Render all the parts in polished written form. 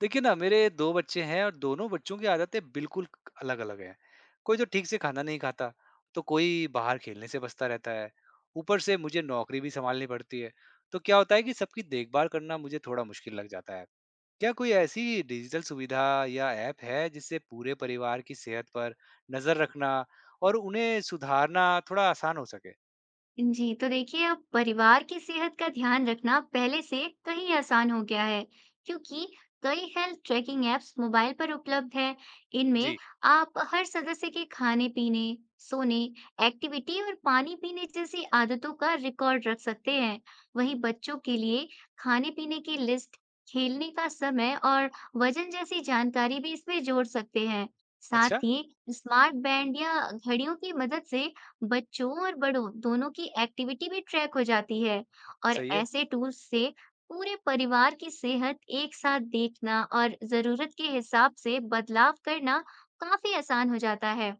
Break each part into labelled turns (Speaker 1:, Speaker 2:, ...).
Speaker 1: देखिए ना मेरे 2 बच्चे हैं और दोनों बच्चों की आदतें बिल्कुल क अलग-अलग हैं। कोई तो ठीक से खाना नहीं खाता, तो कोई बाहर खेलने से बचता रहता है। ऊपर से मुझे नौकरी भी सँभालनी पड़ती है। तो क्या होता है कि सबकी देखभाल करना मुझे थोड़ा मुश्किल लग जाता है। क्या कोई ऐसी डिजिटल सुविधा या ऐप है जिससे पूरे परिवार की सेहत पर नज़र रखना और उन्हें सुधारना थोड़ा आसान हो सके?
Speaker 2: जी तो देखिए, अब परिवार की सेहत का ध्यान रखना पहले से कहीं आसान हो गया है क्योंकि कई हेल्थ ट्रैकिंग एप्स मोबाइल पर उपलब्ध है। इनमें
Speaker 1: जी,
Speaker 2: आप हर सदस्य के खाने पीने, सोने, एक्टिविटी और पानी पीने जैसी आदतों का रिकॉर्ड रख सकते हैं। वहीं बच्चों के लिए खाने पीने की लिस्ट, खेलने का समय और वजन जैसी जानकारी भी इसमें जोड़ सकते हैं।
Speaker 1: अच्छा,
Speaker 2: साथ ही स्मार्ट बैंड या घड़ियों की मदद से बच्चों और बड़ों दोनों की एक्टिविटी भी ट्रैक हो जाती है, और
Speaker 1: सही है।
Speaker 2: ऐसे टूल्स से पूरे परिवार की सेहत एक साथ देखना और जरूरत के हिसाब से बदलाव करना काफी आसान हो जाता है।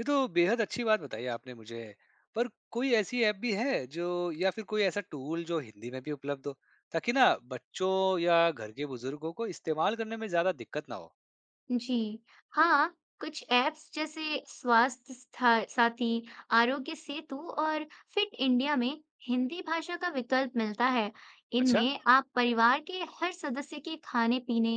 Speaker 1: ये तो बेहद अच्छी बात बताई आपने मुझे। पर कोई ऐसी ऐप भी है जो या फिर कोई ऐसा टूल जो हिंदी में भी उपलब्ध हो, ताकि ना बच्चों या घर के बुजुर्गों को इस्तेमाल करने में ज्यादा दिक्कत ना हो।
Speaker 2: जी हाँ, कुछ ऐप्स जैसे स्वास्थ्य साथी, आरोग्य सेतु और फिट इंडिया में हिंदी भाषा का विकल्प मिलता है।
Speaker 1: अच्छा।
Speaker 2: इनमें आप परिवार के हर सदस्य के खाने पीने,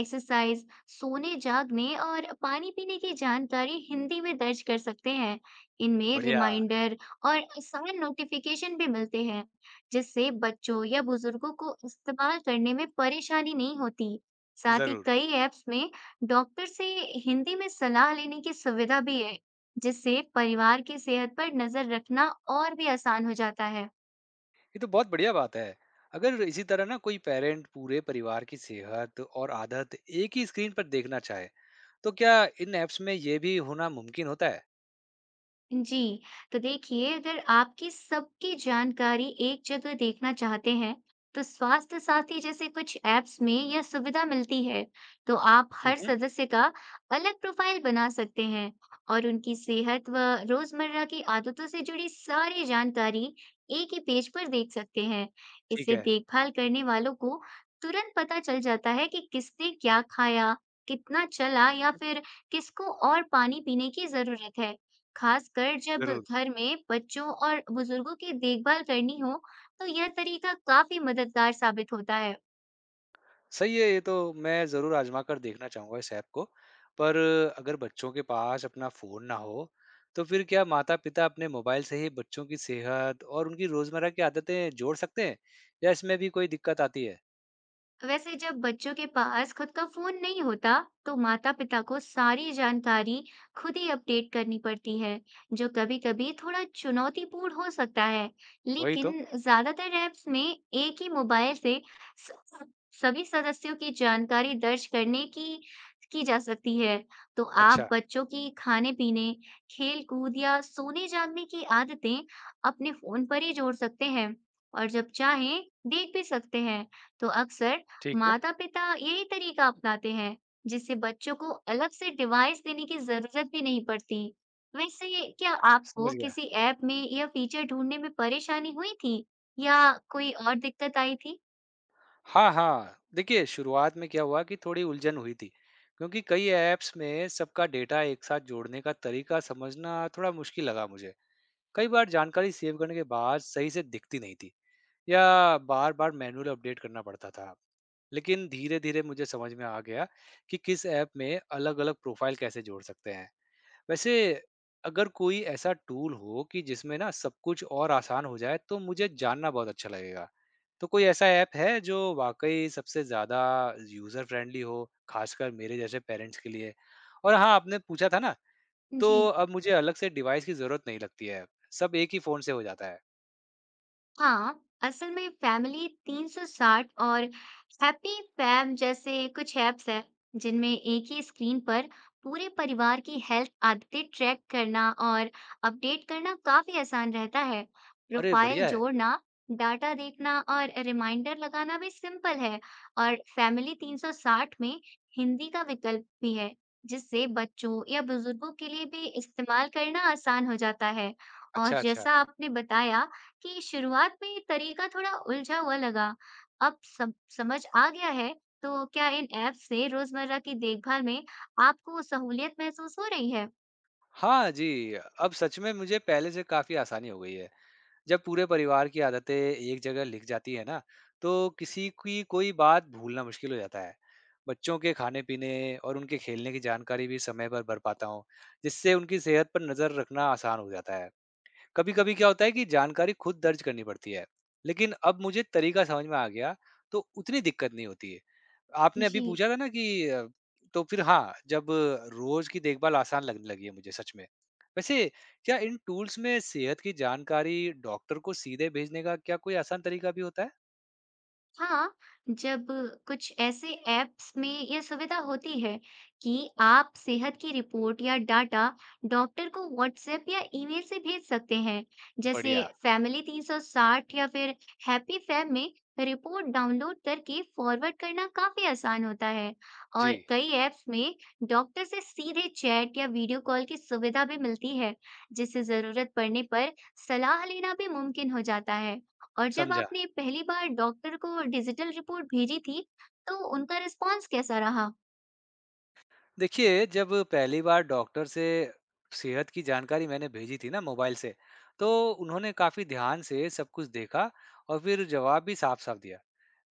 Speaker 2: एक्सरसाइज, सोने जागने और पानी पीने की जानकारी हिंदी में दर्ज कर सकते हैं। इनमें
Speaker 1: बढ़िया।
Speaker 2: रिमाइंडर और आसान नोटिफिकेशन भी मिलते हैं, जिससे बच्चों या बुजुर्गों को इस्तेमाल करने में परेशानी नहीं होती। साथ ही
Speaker 1: जरूर।
Speaker 2: कई ऐप्स में डॉक्टर से हिंदी में सलाह लेने की सुविधा भी है, जिससे परिवार की सेहत पर नजर रखना और भी आसान हो जाता है।
Speaker 1: ये तो बहुत बढ़िया बात है। अगर इसी तरह ना कोई पेरेंट पूरे परिवार की सेहत और आदत एक ही स्क्रीन पर देखना चाहे, तो क्या इन ऐप्स में ये भी होना मुमकिन होता है?
Speaker 2: जी तो देखिए, अगर आपकी सबकी जानकारी एक जगह देखना चाहते हैं तो स्वास्थ्य साथी जैसे कुछ ऐप्स में यह सुविधा मिलती है। तो आप हर
Speaker 1: मम्म,
Speaker 2: सदस्य का अलग प्रोफाइल बना सकते हैं और उनकी सेहत व रोजमर्रा की आदतों से जुड़ी सारी जानकारी एक ही पेज पर देख सकते हैं।
Speaker 1: ठीक
Speaker 2: इससे
Speaker 1: है।
Speaker 2: देखभाल करने वालों को तुरंत पता चल जाता है कि किसने क्या खाया, कितना चला या फिर किसको और पानी पीने की जरूरत है। खासकर जब
Speaker 1: जरूर।
Speaker 2: घर में बच्चों और बुजुर्गों की देखभाल करनी हो, तो यह तरीका काफ़ी मददगार साबित होता है।
Speaker 1: सही है ये तो। मैं ज़रूर आज़मा कर देखना चाहूँगा इस ऐप को। पर अगर बच्चों के पास अपना फ़ोन ना हो, तो फिर क्या माता-पिता अपने मोबाइल से ही बच्चों की सेहत और उनकी रोज़मर्रा की आदतें जोड़ सकते हैं? या इसमें भी कोई दिक्कत आती है?
Speaker 2: वैसे जब बच्चों के पास खुद का फोन नहीं होता, तो माता-पिता को सारी जानकारी खुद ही अपडेट करनी पड़ती है, जो कभी-कभी थोड़ा चुनौतीपूर्ण हो सकता है।
Speaker 1: वही तो।
Speaker 2: लेकिन ज्यादातर ऐप्स में एक ही मोबाइल से स- सभी सदस्यों की जानकारी दर्ज करने की जा सकती है। तो आप
Speaker 1: अच्छा।
Speaker 2: बच्चों की खाने-पीने, खेल-कूद या सोने-जागने की आदतें अपने फोन पर ही जोड़ सकते हैं और जब चाहें देख भी सकते हैं। तो अक्सर
Speaker 1: ठीक है।
Speaker 2: माता-पिता यही तरीका अपनाते हैं, जिससे बच्चों को अलग से डिवाइस देने की जरूरत भी नहीं पड़ती। वैसे क्या आपको
Speaker 1: समझ गया।
Speaker 2: किसी ऐप में यह फीचर ढूंढने में परेशानी हुई थी या कोई और दिक्कत आई थी?
Speaker 1: हाँ, हाँ। देखिए शुरुआत में क्या हुआ कि थोड़ी उलझन हुई थी, क्योंकि कई ऐप्स में सबका डेटा एक साथ जोड़ने का तरीका समझना थोड़ा मुश्किल लगा मुझे। कई बार जानकारी सेव करने के बाद सही से दिखती नहीं थी। या बार-बार मैनुअल अपडेट करना पड़ता था। लेकिन धीरे-धीरे मुझे समझ में आ गया कि किस ऐप में अलग-अलग प्रोफ़ाइल कैसे जोड़ सकते हैं। वैसे अगर कोई ऐसा टूल हो कि जिसमें ना सब कुछ और आसान हो जाए, तो मुझे जानना बहुत अच्छा लगेगा। तो कोई ऐसा ऐप है जो वाक़ई सबसे ज़्यादा यूज़र फ्रेंडली हो, खासकर मेरे जैसे पेरेंट्स के लिए? और हाँ, आपने पूछा था ना, तो
Speaker 2: जी
Speaker 1: अब मुझे अलग से डिवाइस की ज़रूरत नहीं लगती है। सब एक ही फ़ोन से हो जाता है।
Speaker 2: हाँ, असल में फैमिली 360 और हैप्पी फैम जैसे कुछ ऐप्स हैं जिनमें एक ही स्क्रीन पर पूरे परिवार की हेल्थ आदतें ट्रैक करना और अपडेट करना काफी आसान रहता है।
Speaker 1: अरे
Speaker 2: प्रोफाइल
Speaker 1: बढ़िया है।
Speaker 2: जोड़ना, डाटा देखना और रिमाइंडर लगाना भी सिंपल है, और फैमिली 360 में हिंदी का विकल्प भी है जिससे बच्चों या बुजुर्गों के लिए भी इस्तेमाल करना आसान हो जाता है। और
Speaker 1: अच्छा, अच्छा।
Speaker 2: जैसा आपने बताया कि शुरुआत में ये तरीका थोड़ा उलझा हुआ लगा। अब सब समझ आ गया है, तो क्या इन ऐप से रोज़मर्रा की देखभाल में आपको सहूलियत महसूस हो रही है?
Speaker 1: हाँ जी, अब सच में मुझे पहले से काफ़ी आसानी हो गई है। जब पूरे परिवार की आदतें एक जगह लिख जाती है ना, तो किसी की कोई बात भूलना मुश्किल हो जाता है। बच्चों के खाने-पीने और उनके खेलने की जानकारी भी समय पर भर पाता हूँ, जिससे उनकी सेहत पर नज़र रखना आसान हो जाता है। कभी कभी क्या होता है कि जानकारी खुद दर्ज करनी पड़ती है, लेकिन अब मुझे तरीका समझ में आ गया, तो उतनी दिक्कत नहीं होती है। आपने अभी
Speaker 2: जी।
Speaker 1: पूछा था ना कि तो फिर हाँ, जब रोज की देखभाल आसान लगने लगी है मुझे, सच में। वैसे क्या इन टूल्स में सेहत की जानकारी डॉक्टर को सीधे भेजने का क्या कोई आसान तरीका भी होता है?
Speaker 2: हाँ, जब कुछ ऐसे ऐप्स में यह सुविधा होती है कि आप सेहत की रिपोर्ट या डाटा डॉक्टर को व्हाट्सएप या ईमेल से भेज सकते हैं, जैसे
Speaker 1: बढ़िया।
Speaker 2: फैमिली 360 या फिर हैप्पी फैम में रिपोर्ट डाउनलोड करके फॉरवर्ड करना काफी आसान होता है,
Speaker 1: जी।
Speaker 2: और कई ऐप्स में डॉक्टर से सीधे चैट या वीडियो कॉल की सुविधा भी मिलती है, जिससे जरूरत पड़ने पर सलाह लेना भी मुमकिन हो जाता है। और जब
Speaker 1: समझा।
Speaker 2: आपने पहली बार डॉक्टर को डिजिटल रिपोर्ट भेजी थी, तो उनका रिस्पॉन्स कैसा रहा?
Speaker 1: देखिए, जब पहली बार डॉक्टर से सेहत की जानकारी मैंने भेजी थी ना मोबाइल से, तो उन्होंने काफ़ी ध्यान से सब कुछ देखा और फिर जवाब भी साफ-साफ दिया।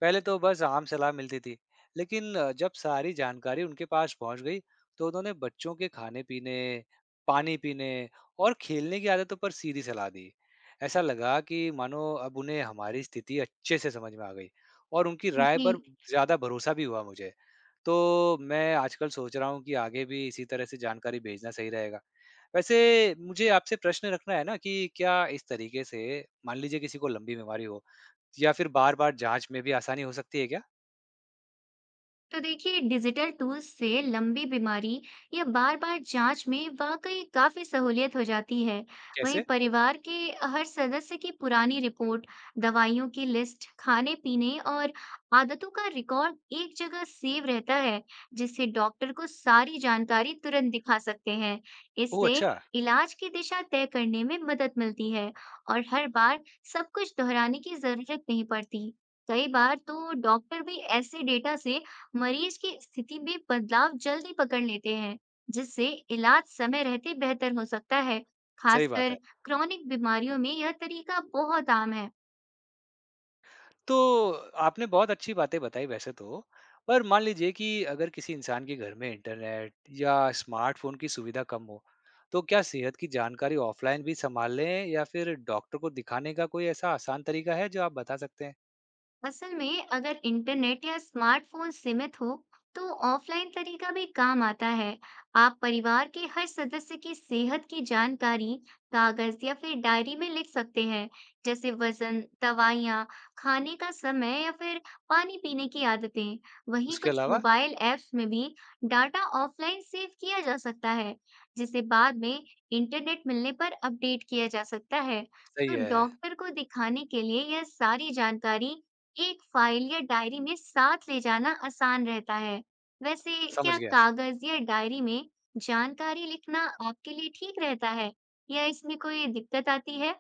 Speaker 1: पहले तो बस आम सलाह मिलती थी, लेकिन जब सारी जानकारी उनके पास पहुंच गई, तो उन्होंने बच्चों के खाने-पीने, पानी पीने और खेलने की आदतों पर सीधी सलाह दी। ऐसा लगा कि मानो अब उन्हें हमारी स्थिति अच्छे से समझ में आ गई और उनकी राय पर
Speaker 2: जी।
Speaker 1: ज़्यादा भरोसा भी हुआ मुझे। तो मैं आजकल सोच रहा हूँ कि आगे भी इसी तरह से जानकारी भेजना सही रहेगा। वैसे मुझे आपसे प्रश्न रखना है ना कि क्या इस तरीके से, मान लीजिए किसी को लंबी बीमारी हो या फिर बार-बार जाँच में भी आसानी हो सकती है क्या?
Speaker 2: तो देखिए, डिजिटल टूल्स से लंबी बीमारी या बार बार जांच में वाकई काफी सहूलियत हो जाती है। वहीं
Speaker 1: कैसे?
Speaker 2: परिवार के हर सदस्य की पुरानी रिपोर्ट, दवाइयों की लिस्ट, खाने पीने और आदतों का रिकॉर्ड एक जगह सेव रहता है, जिससे डॉक्टर को सारी जानकारी तुरंत दिखा सकते हैं।
Speaker 1: ओह!
Speaker 2: इससे
Speaker 1: अच्छा,
Speaker 2: इलाज की दिशा तय करने में मदद मिलती है और हर बार सब कुछ दोहराने की जरूरत नहीं पड़ती। कई बार तो डॉक्टर भी ऐसे डेटा से मरीज की स्थिति में बदलाव जल्दी पकड़ लेते हैं, जिससे इलाज समय रहते बेहतर हो सकता है।
Speaker 1: सही बात
Speaker 2: खासकर
Speaker 1: है।
Speaker 2: क्रॉनिक बीमारियों में यह तरीका बहुत आम है।
Speaker 1: तो आपने बहुत अच्छी बातें बताई वैसे तो, पर मान लीजिए कि अगर किसी इंसान के घर में इंटरनेट या स्मार्टफ़ोन की सुविधा कम हो, तो क्या सेहत की जानकारी ऑफ़लाइन भी सँभाल लें या फिर डॉक्टर को दिखाने का कोई ऐसा आसान तरीका है जो आप बता सकते हैं?
Speaker 2: असल में, अगर इंटरनेट या स्मार्टफोन सीमित हो तो ऑफलाइन तरीका भी काम आता है। आप परिवार के हर सदस्य की सेहत की जानकारी कागज या फिर डायरी में लिख सकते हैं, जैसे वजन, दवाइयाँ, खाने का समय या फिर पानी पीने की आदतें। वहीं
Speaker 1: उसके
Speaker 2: कुछ
Speaker 1: अलावा
Speaker 2: मोबाइल ऐप्स में भी डाटा ऑफलाइन सेव किया जा सकता है, जिसे बाद में इंटरनेट मिलने पर अपडेट किया जा सकता है।
Speaker 1: सही
Speaker 2: तो
Speaker 1: है,
Speaker 2: डॉक्टर को दिखाने के लिए यह सारी जानकारी एक फाइल या डायरी में साथ ले जाना आसान रहता है। वैसे क्या
Speaker 1: समझ गया।
Speaker 2: कागज या डायरी में जानकारी लिखना आपके लिए ठीक रहता है या इसमें कोई दिक्कत आती है?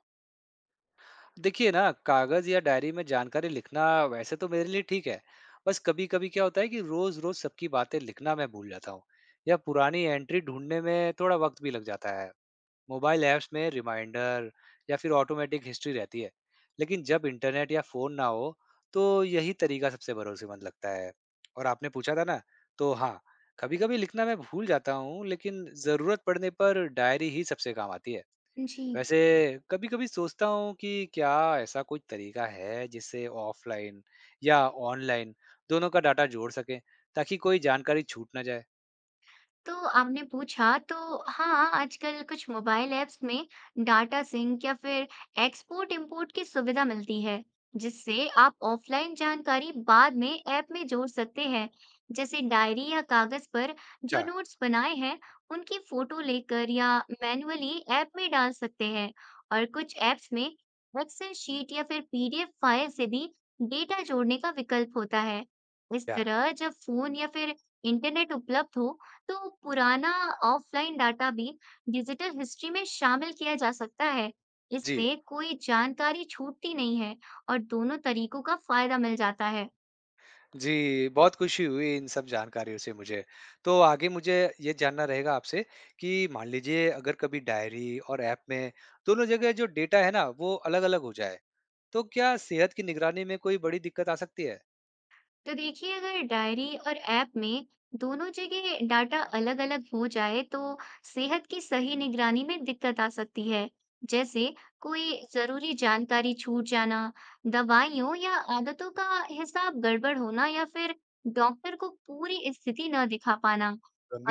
Speaker 1: देखिए ना, कागज़ या डायरी में जानकारी लिखना वैसे तो मेरे लिए ठीक है। बस कभी-कभी क्या होता है कि रोज़-रोज़ सबकी बातें लिखना मैं भूल जाता हूँ या पुरानी एंट्री ढूँढने में थोड़ा वक़्त भी लग जाता है। मोबाइल ऐप्स में रिमाइंडर या फिर ऑटोमेटिक हिस्ट्री रहती है। लेकिन जब इंटरनेट या फ़ोन ना हो, तो यही तरीका सबसे भरोसेमंद लगता है। और आपने पूछा था ना, तो हाँ, कभी-कभी लिखना मैं भूल जाता हूँ, लेकिन ज़रूरत पड़ने पर डायरी ही सबसे काम आती है।
Speaker 2: जी,
Speaker 1: वैसे कभी-कभी सोचता हूँ कि क्या ऐसा कोई तरीका है जिससे ऑफलाइन या ऑनलाइन दोनों का डाटा जोड़ सकें, ताकि कोई जानकारी छूट ना जाए?
Speaker 2: तो आपने पूछा तो हाँ, आजकल कुछ मोबाइल ऐप्स में डाटा सिंक या फिर एक्सपोर्ट इंपोर्ट की सुविधा मिलती है, जिससे आप ऑफलाइन जानकारी बाद में ऐप में जोड़ सकते हैं। जैसे डायरी या कागज पर जो
Speaker 1: क्या
Speaker 2: नोट्स बनाए हैं, उनकी फोटो लेकर या मैन्युअली ऐप में डाल सकते हैं। और कुछ ऐप्स में एक्सेल शीट या फिर पीडीएफ फाइल से भी डेटा जोड़ने का विकल्प होता है। इस
Speaker 1: क्या।
Speaker 2: तरह जब फोन या फिर इंटरनेट उपलब्ध हो तो पुराना ऑफलाइन डाटा भी डिजिटल हिस्ट्री में शामिल किया जा सकता है।
Speaker 1: जी।
Speaker 2: इससे कोई जानकारी छूटती नहीं है और दोनों तरीकों का फायदा मिल जाता है।
Speaker 1: जी, बहुत खुशी हुई इन सब जानकारियों से मुझे। तो आगे मुझे ये जानना रहेगा आपसे कि मान लीजिए अगर कभी डायरी और ऐप में दोनों जगह जो डेटा है ना वो अलग अलग हो जाए, तो क्या सेहत की निगरानी में कोई बड़ी दिक्कत आ सकती है?
Speaker 2: तो देखिए, अगर डायरी और ऐप में दोनों जगह डाटा अलग-अलग हो जाए तो सेहत की सही निगरानी में दिक्कत आ सकती है। जैसे कोई जरूरी जानकारी छूट जाना, दवाइयों या आदतों का हिसाब गड़बड़ होना या फिर डॉक्टर को पूरी स्थिति न दिखा पाना।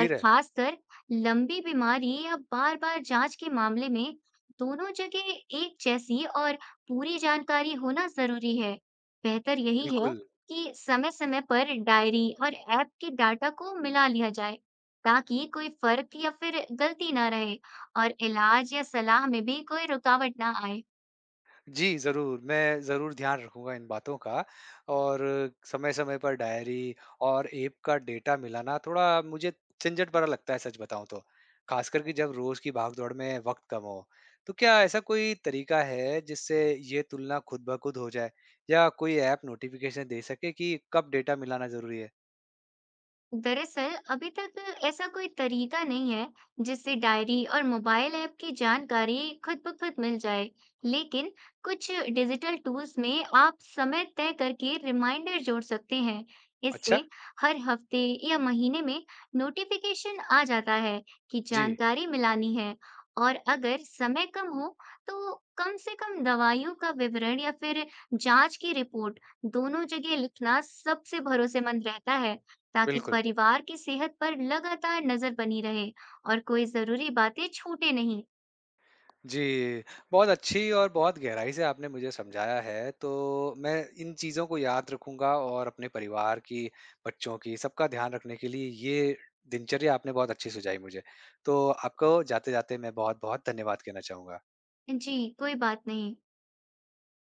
Speaker 2: और
Speaker 1: है।
Speaker 2: खासकर लंबी बीमारी या बार-बार जांच के मामले में दोनों जगह एक जैसी और पूरी जानकारी होना जरूरी है। बेहतर यही है
Speaker 1: बिल्कुल।
Speaker 2: कि समय-समय पर डायरी और ऐप के डाटा को मिला लिया जाए, ताकि कोई फर्क या फिर गलती ना रहे और इलाज या सलाह में भी कोई रुकावट ना आए।
Speaker 1: जी, ज़रूर। मैं ज़रूर ध्यान रखूँगा इन बातों का। और समय-समय पर डायरी और ऐप का डेटा मिलाना थोड़ा मुझे झंझट भरा लगता है, सच बताऊँ तो, ख़ासकर कि जब रोज़ की भागदौड़ में वक़्त कम हो। तो क्या ऐसा कोई तरीका है जिससे ये तुलना खुद ब खुद हो जाए या कोई ऐप नोटिफ़िकेशन दे सके कि कब डेटा मिलाना ज़रूरी है?
Speaker 2: दरअसल अभी तक ऐसा कोई तरीका नहीं है जिससे डायरी और मोबाइल ऐप की जानकारी खुद ब खुद मिल जाए, लेकिन कुछ डिजिटल टूल्स में आप समय तय करके रिमाइंडर जोड़ सकते हैं।
Speaker 1: अच्छा।
Speaker 2: इससे हर हफ्ते या महीने में नोटिफिकेशन आ जाता है कि
Speaker 1: जी,
Speaker 2: जानकारी मिलानी है। और अगर समय कम हो तो कम से कम दवाइयों का विवरण या फिर जांच की रिपोर्ट दोनों जगह लिखना सबसे भरोसेमंद रहता है, ताकि
Speaker 1: बिल्कुल।
Speaker 2: परिवार की सेहत पर लगातार नजर बनी रहे और कोई जरूरी बातें छूटे नहीं।
Speaker 1: जी, बहुत अच्छी और बहुत गहराई से आपने मुझे समझाया है, तो मैं इन चीज़ों को याद रखूँगा और अपने परिवार की, बच्चों की, सबका ध्यान रखने के लिए ये दिनचर्या आपने बहुत अच्छी सुझाई मुझे। तो आपको जाते-जाते मैं बहुत-बहुत धन्यवाद कहना चाहूँगा।
Speaker 2: जी, कोई बात नहीं।